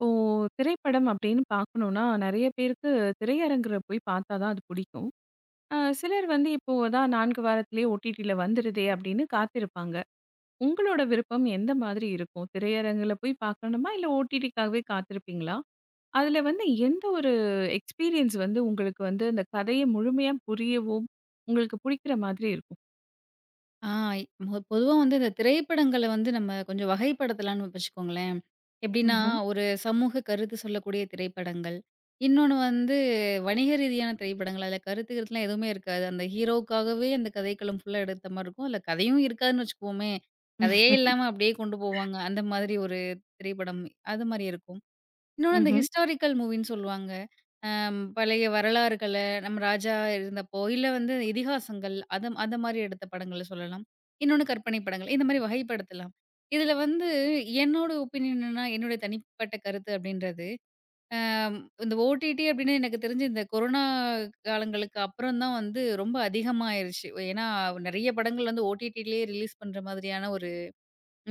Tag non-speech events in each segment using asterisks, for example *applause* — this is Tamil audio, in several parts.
இப்போ திரைப்படம் அப்படின்னு பார்க்கணும்னா நிறைய பேருக்கு திரையரங்குல போய் பார்த்தா தான் அது பிடிக்கும். சிலர் வந்து இப்போ தான் 4 வாரத்திலேயே ஓடிடில வந்துருதே அப்படின்னு காத்திருப்பாங்க. உங்களோட விருப்பம் எந்த மாதிரி இருக்கும்? திரையரங்குல போய் பார்க்கணுமா? இல்ல ஓடிடிக்காகவே காத்திருப்பீங்களா? அதுல வந்து எந்த ஒரு எக்ஸ்பீரியன்ஸ் வந்து உங்களுக்கு வந்து அந்த கதைய முழுமையா புரியவும், உங்களுக்கு பிடிக்கிற மாதிரி இருக்கும்? ஆ மொ பொதுவா வந்து இந்த திரைப்படங்கள வந்து நம்ம கொஞ்சம் வகைப்படுத்தலான்னு வச்சுக்கோங்களேன். எப்படின்னா, ம்ஹ்ம். ஒரு சமூக கருத்து சொல்லக்கூடிய திரைப்படங்கள். இன்னொன்னு வந்து வணிக ரீதியான திரைப்படங்கள். அதில கருத்து கிருத்துலாம் எதுவுமே இருக்காது. அந்த ஹீரோவுக்காகவே அந்த கதைக்களம் ஃபுல்லா எடுத்த மாரி இருக்கும். அதில கதையும் இருக்காதுன்னு வச்சுக்குவோமே. கதையே இல்லாம அப்படியே கொண்டு போவாங்க. அந்த மாதிரி ஒரு திரைப்படம். அது மாரி இருக்கும். இன்னொன்னு இந்த ம்ஹ்ம். ஹிஸ்டாரிக்கல் மூவின்னு சொல்லுவாங்க. பழைய வரலாறுகள, நம்ம ராஜா இருந்தப்போ, இல்ல வந்து இதிகாசங்கள் அது அந்த மாரி எடுத்த படங்கள சொல்லலாம். இன்னொன்னு கற்பனை படங்கள். இந்த மாரி வகைப்படுத்தலாம். இதுல வந்து என்னோட ஒப்பீனியன் என்னன்னா, என்னுடைய தனிப்பட்ட கருத்து அப்படின்றது, அம் இந்த ஓடிடி அப்படின்னு எனக்கு தெரிஞ்சு இந்த கொரோனா காலங்களுக்கு அப்புறம் தான் வந்து ரொம்ப அதிகமாயிருச்சு. ஏன்னா, நெறைய படங்கள் வந்து ஓடிடிலயே ரிலீஸ் பண்ற மாதிரியான ஒரு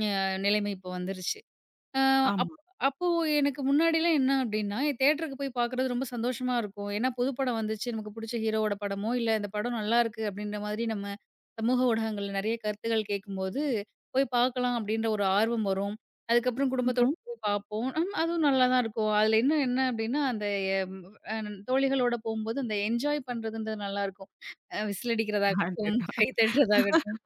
நிலைமை இப்போ வந்துருச்சு. அ அப் ஆமா. அப்போ எனக்கு முன்னாடிலாம் என்ன அப்டின்னா, தியேட்டருக்கு போய் பார்க்குறது ரொம்ப சந்தோஷமா இருக்கும். ஏன்னா, புது படம் வந்துச்சு, நமக்கு புடிச்ச ஹீரோவோட படமோ, இல்ல இந்த படம் நல்லாருக்கு அப்டின்ற மாதிரி நம்ம சமூக ஊடகங்கள்ல நெறைய கருத்துக்கள் கேட்கும்போது, போய் பார்க்கலாம் அப்டின்ற ஒரு ஆர்வம் வரும். அதுக்கப்புறம் குடும்பத்தோட ம்ஹ்ம். போய் பார்ப்போம். ம் அதுவும் நல்லா தான் இருக்கும். அதுல இன்னும் என்ன அப்டின்னா, அந்த எம் அ தோழிகளோட போம்போது அந்த என்ஜாய் பண்றதுன்றது நல்லாருக்கும். விசில் அடிக்கிறதாகட்டும், அடடா! கை தட்டுறதாகட்டும்.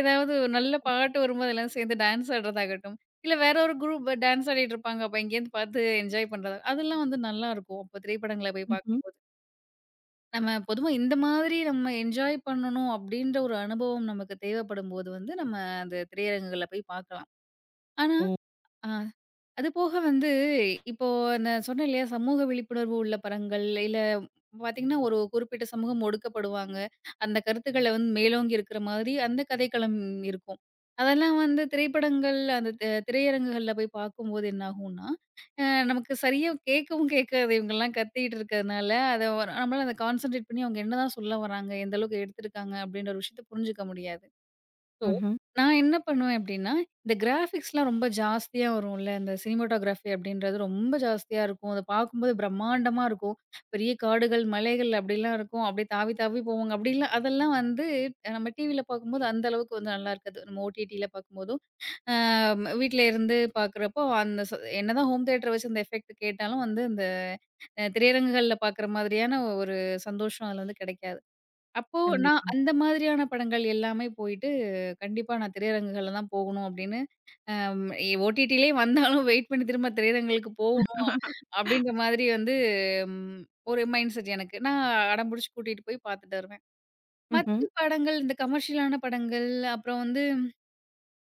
ஏதாவது ஒரு நல்ல பாட்டு வரும்போது எல்லாம் சேர்ந்து டான்ஸ் ஆடுறதாகட்டும், இல்ல வேற ஒரு குரூப் டான்ஸ் ஆடிட்டு இருப்பாங்க. அப்ப எங்கேருந்து பார்த்து என்ஜாய் பண்றதா அதெல்லாம் வந்து நல்லாருக்கும். அப்போ திரைப்படங்கள போய் ம்ஹ்ம். பார்க்கணும். நம்ம பொதுவா இந்த மாதிரி நம்ம என்ஜாய் பண்ணணும் அப்டின்ற ஒரு அனுபவம் நமக்கு தேவைப்படும்போது வந்து, நம்ம அந்த திரையரங்குகள்ல போய் பார்க்கலாம். ஆனா, ஓ! அ அது போக வந்து, இப்போ நான் சொன்னேன் இல்லையா, சமூக விழிப்புணர்வு உள்ள படங்கள், இல்ல பார்த்தீங்கன்னா, ஒரு குறிப்பிட்ட சமூகம் ஒடுக்கப்படுவாங்க. அந்த கருத்துக்கள வந்து மேலோங்கி இருக்கிற மாதிரி அந்த கதைக்களம் இருக்கும். அதெல்லாம் வந்து திரைப்படங்கள் அந்த திரையரங்குகள்ல போய் பார்க்கும்போது என்ன ஆகும்னா, அ நமக்கு சரியா கேட்கவும் கேட்காது. இவங்கலாம் கத்திட்டு இருக்கிறதுனால, நம்மளால அத கான்சன்ட்ரேட் பண்ணி அவங்க என்னதான் சொல்ல வராங்க, எந்த அளவுக்கு எடுத்திருக்காங்க அப்படின்ற ஒரு விஷயத்த புரிஞ்சுக்க முடியாது. ஸோ, ம்ஹ்ம். நான் என்ன பண்ணுவேன் அப்டின்னா, இந்த கிராஃபிக்ஸ்லாம் ரொம்ப ஜாஸ்தியா வரும்ல. இந்த சினிமாட்டோகிராஃபி அப்டின்றது ரொம்ப ஜாஸ்தியா இருக்கும். அத பார்க்கும்போது பிரம்மாண்டமா இருக்கும். பெரிய காடுகள், மலைகள் அப்டிலாம் இருக்கும். அப்டியே தாவி தாவி போவாங்க. அப்டிலாம் அதெல்லாம் வந்து நம்ம டிவில பார்க்கும்போது அந்த அளவுக்கு வந்து நல்லா இருக்காது. நம்ம ஓடிடில பார்க்கும்போதும், அ வீட்ல இருந்து பார்க்குறப்போ அந்த என்னதான் ஹோம் தியேட்டர் வச்சு அந்த எஃபெக்ட் கேட்டாலும் வந்து அந்த திரையரங்குகள்ல பார்க்குற மாதிரியான ஒரு சந்தோஷம் அதுல வந்து கிடைக்காது. அப்போ நான் கண்டிப்பா. அந்த மாதிரியான படங்கள் எல்லாமே போயிட்டு, கண்டிப்பா நான் திரையரங்குகள்ல தான் போகணும் அப்படின்னு, அம் ஓடிடிலயே வந்தாலும் வெயிட் பண்ணி திரும்ப திரையரங்குகளுக்கு போகணும் அப்படின்ற மாதிரி வந்து ம் ஒரு மைண்ட் செட் எனக்கு. நான் அடம் பிடிச்சு கூட்டிட்டு போய் பார்த்துட்டு வருவேன். ம்ஹ்ம். மத்த படங்கள் இந்த கமர்ஷியலான படங்கள், அப்புறம் வந்து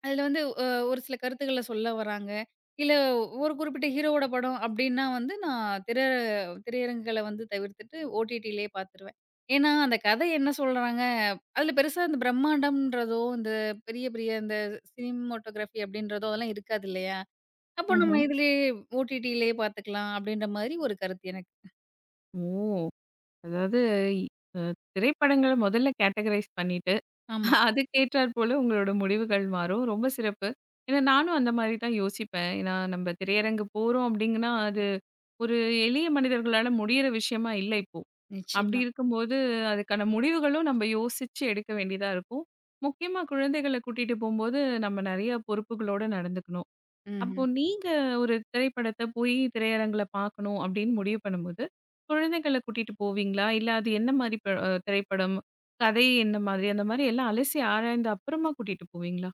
அதுல வந்து ஒரு சில கருத்துக்கள சொல்ல வராங்க. இல்ல ஒரு குறிப்பிட்ட ஹீரோவோட படம் அப்டின்னா வந்து நான் திரையரங்குகள வந்து தவிர்த்துட்டு ஓடிடிலயே பார்த்துருவேன். ஏன்னா, அந்த கதை என்ன சொல்றாங்க அதுல பெருசா இந்த பிரம்மாண்டம்ன்றதோ, இந்த பெரிய பெரிய இந்த சினிமாட்டோகிராஃபி அப்டின்றதோ அதெல்லாம் இருக்காது இல்லையா? அப்போ நம்ம ம்ஹ்ம். ஆமா. இதுலயே ஓடிடிலயே பார்த்துக்கலாம் அப்டின்ற மாரி ஒரு கருத்து எனக்கு. ஓ! அதாவது இ அ திரைப்படங்கள முதல்ல கேட்டகரைஸ் பண்ணிட்டு, ஆமா, அதுக்கு ஏற்றார் போல உங்களோட முடிவுகள் மாறும். ரொம்ப சிறப்பு. ஏன்னா நானும் அந்த மாரி தான் யோசிப்பேன். ஏன்னா நம்ம திரையரங்கு போறோம் அப்டிங்கன்னா, அது ஒரு எளிய மனிதர்களால முடியிற விஷயமா இல்ல இப்போ. அப்டி நிச்சயமா. இருக்கும்போது அதுக்கான முடிவுகளும் நம்ம யோசிச்சு எடுக்க வேண்டியதா இருக்கும். முக்கியமா குழந்தைகள கூட்டிட்டு போம்போது நம்ம நெறைய பொறுப்புகளோட நடந்துக்கணும். அப்போ ம்ஹ்ம். நீங்க ஒரு திரைப்படத்த போய் திரையரங்குல பார்க்கணும் அப்படின்னு முடிவு பண்ணும்போது, குழந்தைகள கூட்டிட்டு போவீங்களா? இல்ல அது என்ன மாரி ப அ திரைப்படம், கதை என்ன மாதிரி, அந்த மாரி எல்லாம் அலசி ஆராய்ந்து அப்புறமா கூட்டிட்டு போவீங்களா?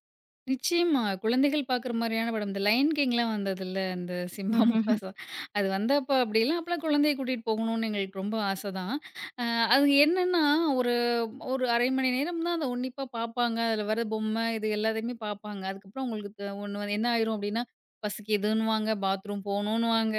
நிச்சயமா. குழந்தைகள் பார்க்குற மாரியான படம். இந்த லயன் கிங்லாம் வந்ததுல்ல, அந்த சிம்பா ம்ஹ்ம். முஃபாசா. அது வந்தப்ப அப்படிலாம் அப்பலாம் குழந்தைய கூட்டிட்டு போகணும்னு எங்களுக்கு ரொம்ப ஆசை தான். அ அது என்னன்னா, ஒரு ஒரு 1/2 மணி நேரம் தான் அத உன்னிப்பா பார்ப்பாங்க. அதில வர பொம்மை இது எல்லாத்தையுமே பார்ப்பாங்க. அதுக்கப்புறம் உங்களுக்கு ஒண்ணு என்ன ஆயிரும் அப்படின்னா, பசிக்குதுன்னுவாங்க, பாத்ரூம் போணுன்னுவாங்க.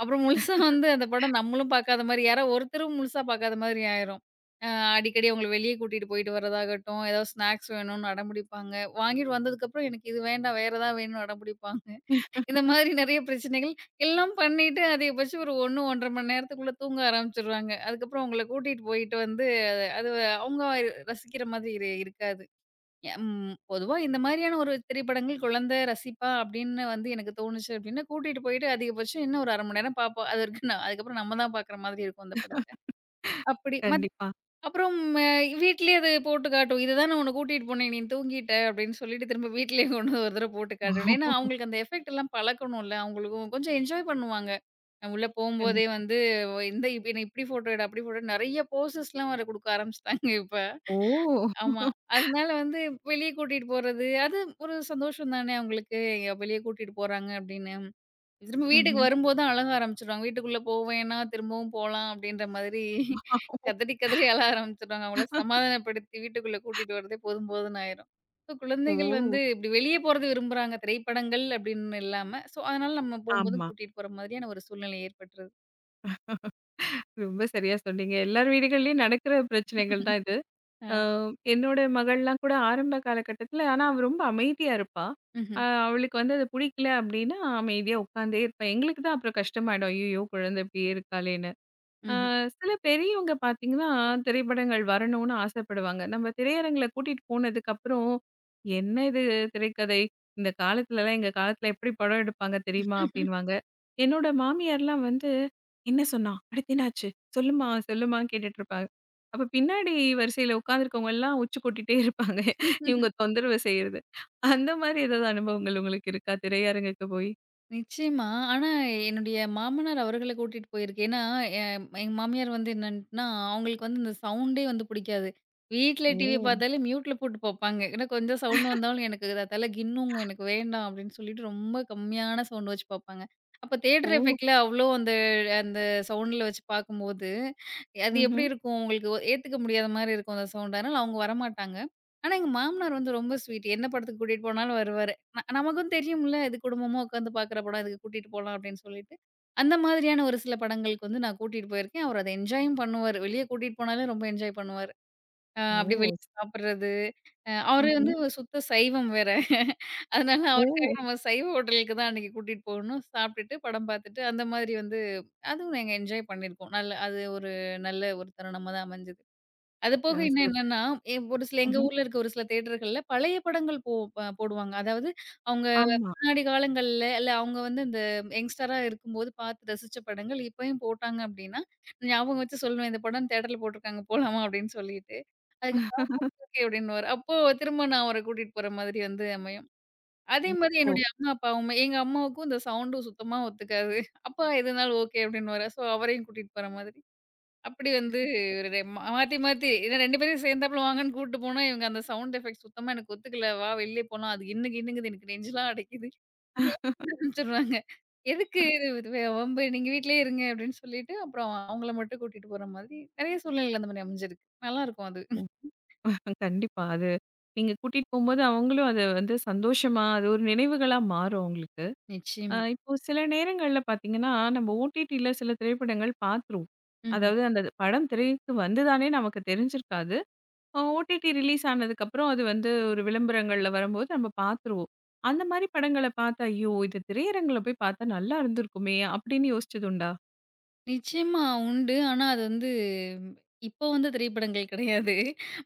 அப்புறம் முழுசா வந்து அந்த படம் நம்மளும் பார்க்காத மாரி, யாரோ ஒருத்தரும் முழுசா பார்க்காத மாதிரி ஆயிரும். அ அடிக்கடி அவங்கள வெளிய கூட்டிட்டு போயிட்டு வரதாகட்டும், ஏதாவது ஸ்நாக்ஸ் வேணும்னு அடம்பிடிப்பாங்க. வாங்கிட்டு வந்ததுக்கப்புறம் எனக்கு இது வேண்டாம், வேற ஏதாவது வேணும்னு அடம்பிடிப்பாங்க. இந்த மாதிரி நெறைய பிரச்சனைகள் எல்லாம் பண்ணிட்டு அதிகபட்சம் ஒரு 1, 1 1/2 மணி நேரத்துக்குள்ள தூங்க ஆரம்பிச்சுருவாங்க. அதுக்கப்புறம் அவங்கள கூட்டிட்டு போயிட்டு வந்து அது அது அவங்க ரசிக்கிற மாதிரி இருக்காது. ம் பொதுவா இந்த மாதிரியான ஒரு திரைப்படங்கள் குழந்தை ரசிப்பா அப்படின்னு வந்து எனக்கு தோணுச்சு அப்படின்னா, கூட்டிட்டு போயிட்டு அதிகபட்சம் இன்னும் ஒரு 1/2 மணி நேரம் பார்ப்போம். அது வரைக்கும் நான் அதுக்கப்புறம் நம்ம தான் பார்க்குற மாதிரி இருக்கும் அந்த படத்த. அப்படி கண்டிப்பா. அப்புறம் வீட்லயே அது போட்டு காட்டும். "இதுதான் நான் உன்ன கூட்டிட்டு போனேன். நீ தூங்கிட்ட." அப்படின்னு சொல்லிட்டு திரும்ப வீட்லயே கொண்டு வந்து ஒரு தடவ போட்டு காட்டணும். ஏன்னா, அவங்களுக்கு அந்த எஃபெக்ட் எல்லாம் பழக்கணும்ல. அவங்களுக்கும் கொஞ்சம் என்ஜாய் பண்ணுவாங்க. உள்ள போம்போதே கண்டிப்பா. வந்து இந்த இப்ப என்ன இப்படி ஃபோட்டோ எடு, அப்படி ஃபோட்டோ நெறைய போசஸ்லாம் வேற குடுக்க ஆரம்பிச்சுட்டாங்க இப்ப. ஓ! ஆமா. அதனால வந்து வெளிய கூட்டிட்டு போறது, அது ஒரு சந்தோஷம் தானே அவங்களுக்கு. வெளிய கூட்டிட்டு போறாங்க அப்படின்னு. திரும்ப வீட்டுக்கு ம்ஹ்ம். வரும்போது தான் அழக ஆரம்பிச்சுருவாங்க. வீட்டுக்குள்ள போவேன்னா, திரும்பவும் போலாம் அப்படின்ற மாதிரி கதறி, கதறி அழ ஆரம்பிச்சுருவாங்க. அவங்கள சமாதானப்படுத்தி வீட்டுக்குள்ள கூட்டிட்டு வரதே போதும் போதும்ன்னு ஆயிரும். ஸோ குழந்தைகள் வந்து ஓ! இப்படி வெளிய போறது விரும்புறாங்க. திரைப்படங்கள் அப்படின்னு இல்லாம. ஸோ அதனால நம்ம போம்போதும் ஆமா. கூட்டிட்டு போற மாதிரியான ஒரு சூழ்நிலை ஏற்பட்டுருது. ரொம்ப சரியா சொன்னீங்க. எல்லார் வீடுகள்லயும் நடக்கிற பிரச்சனைகள் தான் இது. அ அ. என்னோட மகள்லாம் கூட ஆரம்ப காலகட்டத்தில ஆனா, அவ ரொம்ப அமைதியா இருப்பா. ம்ஹ்ம். அவளுக்கு வந்து அது பிடிக்கல அப்டின்னா அமைதியா உட்காந்தே இருப்பா. எங்களுக்கு தான் அப்புறம் கஷ்டமாயிடும். ஐய்யயோ! குழந்தை இப்டியே இருக்காளேன்னு. ஆ, சில பெரியவங்க பார்த்தீங்கன்னா, திரைப்படங்கள் வரணும்னு ஆசைப்படுவாங்க. நம்ம திரையரங்குல கூட்டிட்டு போனதுக்கப்புறம், "என்ன இது திரைக்கதை? இந்த காலத்துலலாம் எங்க காலத்துல எப்படி படம் எடுப்பாங்க தெரியுமா?" ம்ஹ்ம். அப்படின்னுவாங்க. என்னோட மாமியார்லாம் வந்து, "என்ன சொன்னா? அடுத்து என்னாச்சு? சொல்லுமா, சொல்லுமா" கேட்டுட்டு இருப்பாங்க. அப்ப பின்னாடி வரிசையில உட்காந்துருக்கவங்கலாம் உச்சு கூட்டிட்டே இருப்பாங்க. இவங்க தொந்தரவு செய்றது. அந்த மாதிரி ஏதாவது அனுபவங்கள் உங்களுக்கு இருக்கா? திரையரங்குக்கு போய்? நிச்சயமா. ஆனா என்னுடைய மாமனார் அவர்கள கூட்டிட்டு போயிருக்கேன். ஏன்னா, எ எங்க மாமியார் வந்து என்னன்னா, அவங்களுக்கு வந்து இந்த சவுண்டே வந்து புடிக்காது. வீட்ல டிவி ஓ! பார்த்தாலே மியூட்ல போட்டு பார்ப்பாங்க. ஏன்னா கொஞ்சம் சவுண்ட் வந்தாலும் எனக்கு அது தல கின்னுங்கும். எனக்கு வேண்டாம் அப்படின்னு சொல்லிட்டு ரொம்ப கம்மியான சவுண்ட் வச்சு பார்ப்பாங்க. அப்ப தியேட்டர் ஓ! எஃபெக்ட்ல அவ்ளோ அந்த அந்த சவுண்ட்ல வச்சு பார்க்கும்போது, அது எப்படி ம்ஹ்ம். இருக்கும்? உங்களுக்கு ஏத்துக்க முடியாத மாரி இருக்கும் அந்த சவுண்ட். அதனால அவங்க வரமாட்டாங்க. ஆனா எங்க மாமனார் வந்து ரொம்ப ஸ்வீட். என்ன படத்துக்கு கூட்டிட்டு போனாலும் வருவாரு. நமக்கும் தெரியும்ல, இது குடும்பமா உட்காந்து பார்க்குற படம். இதுக்கு கூட்டிட்டு போலாம் அப்படின்னு சொல்லிட்டு, அந்த மாதிரியான ஒரு சில படங்களுக்கு வந்து நான் கூட்டிட்டு போயிருக்கேன். அவரு அத என்ஜாயும் பண்ணுவாரு. வெளிய கூட்டிட்டு போனாலே ரொம்ப என்ஜாய் பண்ணுவாரு. ஓ! அப்படி வெளிய ஸ் சாப்பிடுறது. அவரு ம்ஹ்ம். வந்து ஒரு சுத்த சைவம் வேற. அதனால ஓ! அவருக்காக நம்ம சைவ ஹோட்டலுக்கு தான் அன்னைக்கு கூட்டிட்டு போகணும். சாப்பிட்டுட்டு, படம் பார்த்துட்டு, அந்த மாதிரி வந்து அதுவும் நாங்க என்ஜாய் பண்ணியிருக்கோம். நல்ல அது ஒரு நல்ல ஒரு தருணமா தான் அமைஞ்சது. அது அ, போக இன்னும் சிறப்பு. என்னன்னா, ஒரு சில எங்க ம்ஹ்ம். ஊர்ல இருக்க ஒரு சில தியேட்டர்கள்ல பழைய படங்கள் போ ப போடுவாங்க. அதாவது அவங்க ஆமா. முன்னாடி காலங்கள்ல இல்ல அவங்க வந்து இந்த யங்ஸ்டரா இருக்கும்போது பார்த்து ரசிச்ச படங்கள் இப்பயும் போட்டாங்க அப்டின்னா, ஞாபகம் வச்சு சொல்லுவேன். இந்த படம் தியேட்டர்ல போட்டுருக்காங்க போலாமா? அப்படின்னு சொல்லிட்டு. அதுக்கு ஓகே அப்படின்னுவாரு. அப்போ திரும்ப நான் அவர கூட்டிட்டு போற மாதிரி வந்து அமையும். அதே ம். மாதிரி ஓ! என்னுடைய அம்மா, அப்பாவுமே எங்க அம்மாவுக்கும் இந்த சவுண்டும் சுத்தமா ஒத்துக்காது. அப்பா எதுனாலும் ஓகே அப்படின்னுவாரு. ஸோ அவரையும் கூட்டிட்டு போற மாதிரி. அப்படி வந்து ஒரு ரெ- மா மாத்தி, மாத்தி ஏன்னா 2 பேரையும் சேர்ந்தாப்புல வாங்கன்னு கூட்டு போனா, இவங்க அந்த சவுண்ட் எஃபெக்ட் சுத்தமா எனக்கு ஒத்துக்கல. வெளியே போலாம். அது இன்னும் இன்னுங்குது எனக்கு நெஞ்செல்லாம் அடைக்குது. இப்படிலாம் சொல்ல ஆரம்பிச்சுடுறாங்க. எதுக்கு இது இது வே- வம்பு நீங்க வீட்லயே இருங்க அப்படின்னு சொல்லிட்டு, அப்புறம் அவங்கள மட்டும் கூட்டிட்டு போற மாதிரி நெறைய சூழ்நிலைகள் அந்த மாதிரி அமைஞ்சிருக்கு. நல்லாருக்கும் அது. *laughs* ஓ! கண்டிப்பா. அது நீங்க கூட்டிட்டு போம்போது அவங்களும் அத வந்து சந்தோஷமா, அது ஒரு நினைவுகளா மாறும் அவங்களுக்கு. நிச்சயமா. இப்போ சில நேரங்கள்ல பார்த்தீங்கன்னா, நம்ம ஓடிடில சில திரைப்படங்கள் பார்த்துருவோம். ம்ஹ்ம். அதாவது அந்த படம் திரைக்கு வந்துதானே நமக்கு தெரிஞ்சிருக்காது. ஓடிடி ரிலீஸ் ஆனதுக்கப்புறம் அது வந்து ஒரு விளம்பரங்கள்ல வரும்போது நம்ம பார்த்துருவோம். அந்த மாரி படங்கள பார்த்தா, "ஐயோ! இது திரையரங்குல போய் பார்த்தா நல்லா இருந்திருக்குமே!" அப்படின்னு யோசிச்சதுண்டா? நிச்சயமா உண்டு. ஆனா அது வந்து இப்போ வந்த திரைப்படங்கள் கிடையாது.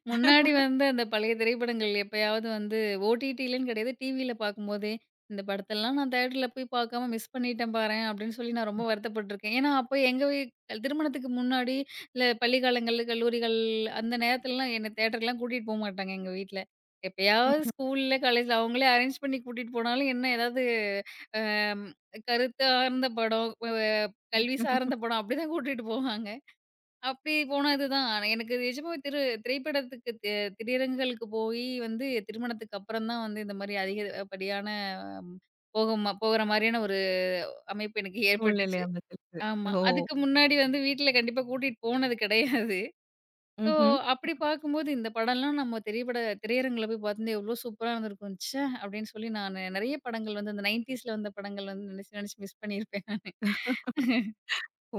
முன்னாடி வந்த அந்த பழைய திரைப்படங்கள் எப்பயாவது வந்து ஓடிடிலன்னு கிடையாது. டிவில பார்க்கும்போதே, இந்த படத்தெல்லாம் நான் தியேட்டர்ல போய் பார்க்காம மிஸ் பண்ணிட்டேன் பாரேன் அப்படின்னு சொல்லி நான் ரொம்ப வருத்தப்பட்டுருக்கேன். ஏன்னா, அப்போ எங்க வீ திருமணத்துக்கு முன்னாடி, இல்ல பள்ளி காலங்கள்ல, கல்லூரிகள் அந்த நேரத்துலலாம் என்ன தியேட்டர்லாம் கூட்டிட்டு போமாட்டாங்க எங்க வீட்ல. எப்பயாவது ம்ஹ்ம். ஸ்கூல்ல, காலேஜ்ல அவங்களே அரேஞ்ச் பண்ணி கூட்டிட்டு போனாலும் என்ன ஏதாவது அ கருத்தார்ந்த படம் கல்வி சார்ந்த படம் அப்படிதான் கூட்டிட்டு போவாங்க. அப்படி போனதுதான். எனக்கு நிஜமாவே திரு திரைப்படத்துக்கு தி திரையரங்குகளுக்கு போயி வந்து திருமணத்துக்கு அப்புறம் தான் வந்து இந்த மாரி அதிகப்படியான போகுமா போகிற மாரியான ஒரு அமைப்பு எனக்கு சூழ்நிலை ஏற்பட்டுச்சு. அமைஞ்சிருக்கு. ஆமா. ஓ! அதுக்கு முன்னாடி வந்து வீட்ல கண்டிப்பா கூட்டிட்டு போனது கிடையாது. ஸோ ம்ஹ்ம். அப்படி பார்க்கும்போது இந்த படம்லாம் நம்ம திரையரங்குல போய் பார்த்துருந்தா எவ்வளோ சூப்பரா இருந்திருக்கும். ச்சே! அப்படின்னு சொல்லி நானு நெறைய படங்கள் வந்து அந்த 90ஸ்ல வந்த படங்கள் வந்து நெனச்சு நெனச்சு மிஸ் பண்ணியிருப்பேன் நானு. *laughs* ஓ!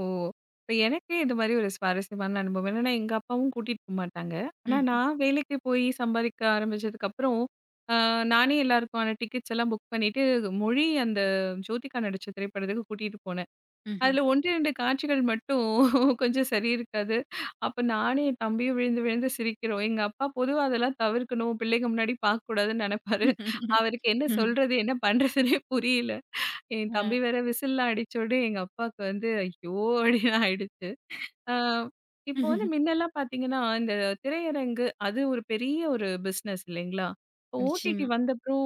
இப்ப எனக்கே இது மாரி ஒரு சுவாரஸ்யமான அனுபவம். என்னன்னா, எங்க அப்பாவும் கூட்டிட்டு போமாட்டாங்க. ஆனா ம்ஹ்ம். நான் வேலைக்கு போய் சம்பாதிக்க ஆரம்பிச்சதுக்கப்புறம், அ நானே எல்லாருக்கான டிக்கெட்ஸ் எல்லாம் புக் பண்ணிட்டு, மொழி அந்த ஜோதிகா நடிச்ச திரைப்படத்துக்கு கூட்டிட்டு போனேன். ம்ஹ்ம். அதுல 1, 2 காட்சிகள் மட்டும் *laughs* கொஞ்சம் சரி இருக்காது. அப்ப நானும் என் தம்பியும் விழுந்து விழுந்து சிரிக்கிறோம். எங்க அப்பா பொதுவா அதெல்லாம் தவிர்க்கணும். பிள்ளைங்க முன்னாடி பார்க்கக்கூடாதுன்னு நெனைப்பாரு. அவருக்கு என்ன ம்ஹ்ம். சொல்றது? *laughs* என்ன பண்றதுன்னே புரியல. என் தம்பி வேற விசில்லாம் அடிச்சோனே எங்க அப்பாவுக்கு வந்து ஐயோ! அப்டின்னு ஆயிடுச்சு. ஆ, ஆ. இப்போ வந்து முன்னெல்லாம் பார்த்தீங்கன்னா, இந்த திரையரங்கு அது ஒரு பெரிய ஒரு பிசினஸ் இல்லைங்களா? இப்போ ஓடிடி நிச்சயமா, வந்தப்புறம்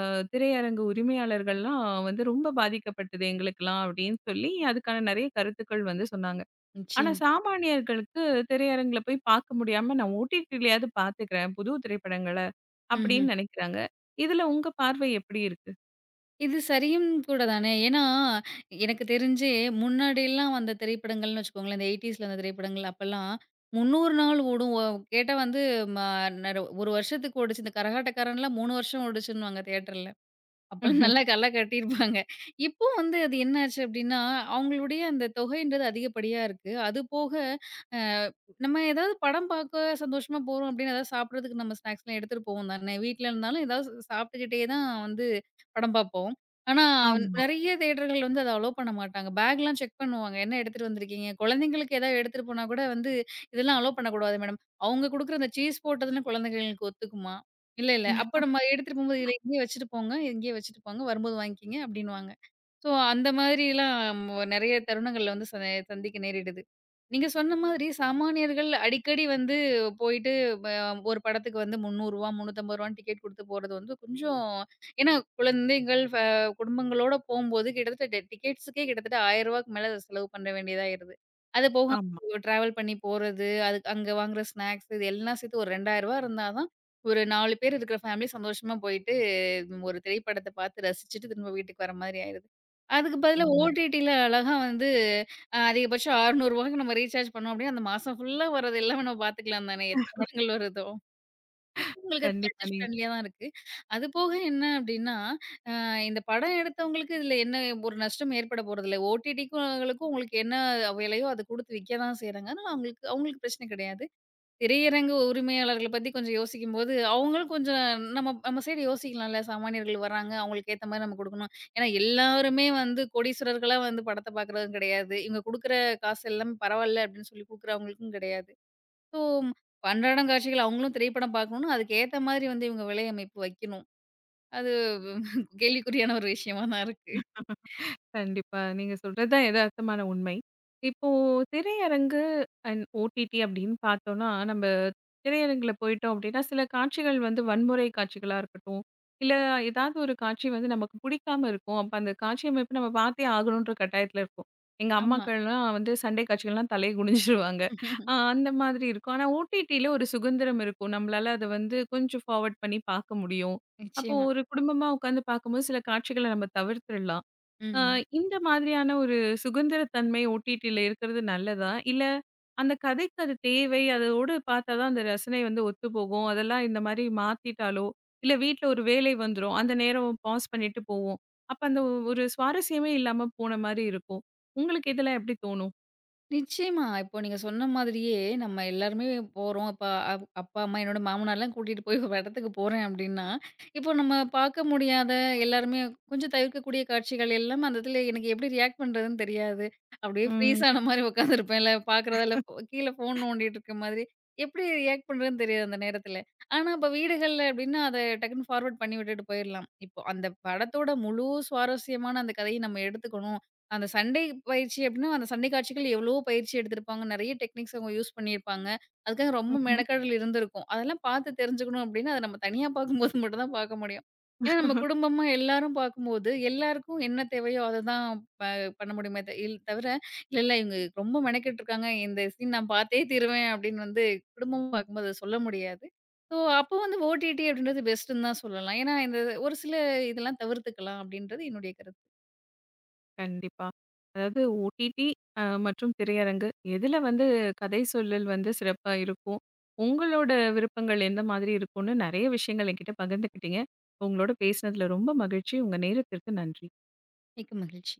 அ திரையரங்கு உரிமையாளர்கள்லாம் வந்து ரொம்ப பாதிக்கப்பட்டது எங்களுக்கெல்லாம் அப்டின்னு சொல்லி, அதுக்கான நெறைய கருத்துக்கள் வந்து சொன்னாங்க. ஆனா நிச்சயமா. சாமானியர்களுக்கு திரையரங்குல போய் பார்க்க முடியாம நான் ஓடிடிலயாவது பார்த்துக்கிறேன் புது திரைப்படங்கள ம்ஹ்ம். அப்டின்னு நெனைக்கிறாங்க. இதுல உங்க பார்வை எப்டி இருக்கு? இது சரியும் கூட தானே! ஏன்னா, எனக்கு தெரிஞ்சு முன்னாடிலாம் வந்த திரைப்படங்கள்னு வச்சுக்கோங்களேன், இந்த 80ஸ்ல வந்த திரைப்படங்கள் அப்பலாம் 300 நாள் ஓடும். கேட்டா வந்து ம நர 1 வருஷத்துக்கு ஓடுச்சு. இந்த கரகாட்டக்காரன்லாம் 3 வருஷம் ஓடுச்சுன்னுவாங்க தியேட்டர்ல. *laughs* அப்பலாம் ம்ஹ்ம். நல்லா கல்ல கட்டியிருப்பாங்க. இப்போ வந்து அது என்ன ஆச்சு அப்டின்னா, அவங்களுடைய அந்த தொகைன்றது அதிகப்படியா இருக்கு. அது போக அ நம்ம ஏதாவது படம் பார்க்க சந்தோஷமா போறோம் அப்டின்னா, ஏதாவது சாப்பிடுறதுக்கு நம்ம ஸ்நாக்ஸ்லாம் எடுத்துட்டு போவோம் தானே. வீட்ல இருந்தாலும் ஏதாவது சாப்பிட்டுக்கிட்டே தான் வந்து படம் பார்ப்போம். ஆனா ஆமா. நெறைய தியேட்டர்கள் வந்து அத அலோ பண்ண மாட்டாங்க. பேக்லாம் செக் பண்ணுவாங்க. என்ன எடுத்துட்டு வந்திருக்கீங்க? குழந்தைங்களுக்கு ஏதாவது எடுத்துட்டு போனா கூட வந்து, இதெல்லாம் அலோ பண்ணக்கூடாது மேடம். அவங்க குடுக்குற அந்த சீஸ் போட்டதுலாம் குழந்தைங்களுக்கு ஒத்துக்குமா? இல்ல, இல்ல. அப்ப நம்ம எடுத்துட்டு போம்போது, "இதில இங்கேயே வச்சுட்டு போங்க. இங்கேயே வச்சுட்டு போங்க. வரும்போது வாங்கிக்கங்க" அப்டின்னுவாங்க. ஸோ, அந்த மாதிரிலாம் நெறைய தருணங்கள்ல வந்து சந்திக்க நேரிடுது. நீங்க சொன்ன மாதிரி சாமானியர்கள் அடிக்கடி வந்து போயிட்டு வ ஒரு படத்துக்கு வந்து ரூ. 300 ரூ. 350 டிக்கெட் குடுத்து போறது வந்து கொஞ்சம் ஏன்னா குழந்தைகள் ஃப குடும்பங்களோட போம்போது கிட்டத்தட்ட டிக்கெட்ஸுக்கே கிட்டத்தட்ட ரூ. 1000க்கு மேல செலவு பண்ண வேண்டியதாயிருது. அது போக ஆமா. ட்ராவல் பண்ணி போறது, அதுக்கு அங்க வாங்குற ஸ்நாக்ஸ் இது எல்லாம் சேர்த்து ஒரு ரூ. 2000 இருந்தா தான் ஒரு 4 பேர் இருக்கிற ஃபேமிலி சந்தோஷமா போயிட்டு ம், ஒரு திரைப்படத்த பார்த்து ரசிச்சுட்டு திரும்ப வீட்டுக்கு வர மாதிரி ஆயிருது. அதுக்கு பதிலா உண்மதான். ஓடிடில அழகா வந்து அதிகபட்சம் ரூ. 600க்கு நம்ம ரீசார்ஜ் பண்ணோம் அப்டின்னா, அந்த மாசம் ஃபுல்லா வர்றது எல்லாமே நம்ம பார்த்துக்கலாம் தானே! எத்தன படங்கள் வருதோ! அப்போ உங்களுக்கு அது கண்டிப்பா. பட்ஜெட் ஃப்ரெண்ட்லியா தான் இருக்கு. அது போக என்ன அப்டின்னா, அ இந்த படம் எடுத்தவங்களுக்கு இதுல என்ன ஒரு நஷ்டம் ஏற்பட போறதில்ல. ஓடிடிக்கும் அவங்களுக்கும் உங்களுக்கு என்ன விலையோ அத குடுத்து விக்க தான் செய்றாங்க. ஆனா அவங்களுக்கு அவங்களுக்கு பிரச்சனை கிடையாது. திரையரங்கு உரிமையாளர்கள பத்தி கொஞ்சம் யோசிக்கும்போது, அவங்களும் கொஞ்சம் நம்ம நம்ம சைடு யோசிக்கலாம்ல. சாமானியர்கள் வராங்க, அவங்களுக்கு ஏத்த மாரி நம்ம குடுக்கணும். ஏன்னா எல்லாருமே வந்து கோடீஸ்வரர்களா வந்து படத்த பார்க்குறதும் கிடையாது. இவங்க குடுக்குற காசு எல்லாமே பரவால்ல அப்படின்னு சொல்லி குடுக்குறவங்களுக்கும் கிடையாது. ஸோ அன்றாடம் காட்சிகள் அவங்களும் திரைப்படம் பார்க்கணும்னா, அதுக்கு ஏத்த மாதிரி வந்து இவங்க விலை அமைப்பு வைக்கணும். அது *laughs* கேள்விக்குறியான ஒரு விஷயமா தான் இருக்கு. கண்டிப்பா. நீங்க சொல்றது தான் எதார்த்தமான உண்மை. இப்போ திரையரங்கு அண்ட் ஓடிடி அப்படின்னு பார்த்தோம்னா, நம்ம திரையரங்குல போயிட்டோம் அப்படின்னா, சில காட்சிகள் வந்து வன்முறை காட்சிகளா இருக்கட்டும், இல்ல ஏதாவது ஒரு காட்சி வந்து நமக்கு பிடிக்காம இருக்கும். அப்ப அந்த காட்சி அமைப்பு நம்ம பார்த்தே ஆகணுன்ற கட்டாயத்துல இருப்போம். எங்க ஆமா. அம்மாக்கள்லாம் வந்து சண்டை காட்சிகள்லாம் தலைய குனிஞ்சிருவாங்க. *laughs* அந்த மாதிரி இருக்கும். ஆனா ஓடிடில ஒரு சுதந்திரம் இருக்கும். நம்மளால அத வந்து கொஞ்சம் ஃபார்வர்ட் பண்ணி பார்க்க முடியும். அப்போ நிச்சயமா. ஒரு குடும்பமா உட்காந்து பார்க்கும்போது சில காட்சிகள நம்ம தவிர்த்துறலாம். அ ம். இந்த மாதிரியான ஒரு சுதந்திரத்தன்மை ஓடிடில இருக்கிறது நல்லதா? இல்ல அந்த கதைக்கு அது தேவை, அதோட பார்த்தா தான் அந்த ரசனை வந்து ஒத்துப்போகும். அதெல்லாம் இந்த மாரி மாத்திட்டாலோ, இல்ல வீட்ல ஒரு வேலை வந்துரும். அந்த நேரம் பாஸ் பண்ணிட்டு போவோம். அப்ப அந்த ஒரு சுவாரஸ்யமே இல்லாம போன மாரி இருக்கும். உங்களுக்கு இதெல்லாம் எப்படி தோணும்? நிச்சயமா. இப்போ நீங்க சொன்ன மாதிரியே நம்ம எல்லாருமே போறோம். இப்ப அப்பா, அம்மா என்னோட மாமனார்லாம் கூட்டிட்டு போய் ஒரு இடத்துக்கு போறேன் அப்டின்னா, இப்போ நம்ம பார்க்க முடியாத எல்லாருமே கொஞ்சம் தவிர்க்கக்கூடிய காட்சிகள் எல்லாம் அந்த இடத்துல எனக்கு எப்டி ரியாக்ட் பண்றதுன்னு தெரியாது. அப்டியே ஃப்ரீஸ் ம். ஆன மாரி உட்காந்துருப்பேன்ல பார்க்குறதால கீழ ஃபோன் நோண்டிட்டு இருக்க மாதிரி. எப்டி ரியாக்ட் பண்றதுன்னு தெரியாது அந்த நேரத்துல. ஆனா இப்ப வீடுகள்ல அப்டின்னா அத டக்குன்னு ஃபார்வர்ட் பண்ணி விட்டுட்டு போயிரலாம். இப்போ அந்த படத்தோட முழு சுவாரஸ்யமான அந்த கதைய நம்ம எடுத்துக்கணும். அந்த சண்டை பயிற்சி அப்டின்னா, அந்த சண்டை காட்சிகள் எவ்வளவோ பயிற்சி எடுத்திருப்பாங்க. நெறைய டெக்னிக்ஸ் அவங்க யூஸ் பண்ணியிருப்பாங்க. அதுக்காக ரொம்ப ம்ஹ்ம். மெனக்கெடல் இருந்திருக்கும். அதெல்லாம் பார்த்து தெரிஞ்சுக்கணும் அப்டின்னா, அத நம்ம தனியா பார்க்கும்போது *laughs* மட்டும் தான் பார்க்க முடியும். ஏன்னா, நம்ம குடும்பமா எல்லாரும் பார்க்கும்போது, எல்லாருக்கும் என்ன தேவையோ அததான் ப பண்ண முடியுமே த இல் தவிர, இல்ல, இல்ல இவங்க ரொம்ப மெனக்கெட்டுருக்காங்க. இந்த சீன் நான் பார்த்தே தீருவேன் அப்டின்னு வந்து குடும்பமா பார்க்கும்போது அத சொல்ல முடியாது. ஸோ, அப்போ வந்து ஓடிடி அப்டின்றது பெஸ்ட்டுன்னு தான் சொல்லலாம். ஏன்னா, இந்த ஒரு சில இதெல்லாம் தவிர்த்துக்கலாம் அப்டின்றது என்னுடைய கருத்து. கண்டிப்பா. அதாவது ஓடிடி மற்றும் திரையரங்கு எதுல வந்து கதை சொல்லல் வந்து சிறப்பா இருக்கும்? உங்களோட விருப்பங்கள் எந்த மாதிரி இருக்கும்னு நெறைய விஷயங்கள் என்கிட்ட பகிர்ந்துக்கிட்டீங்க. உங்களோட பேசினதுல ரொம்ப மகிழ்ச்சி. உங்க நேரத்திற்கு நன்றி. மிக்க மகிழ்ச்சி.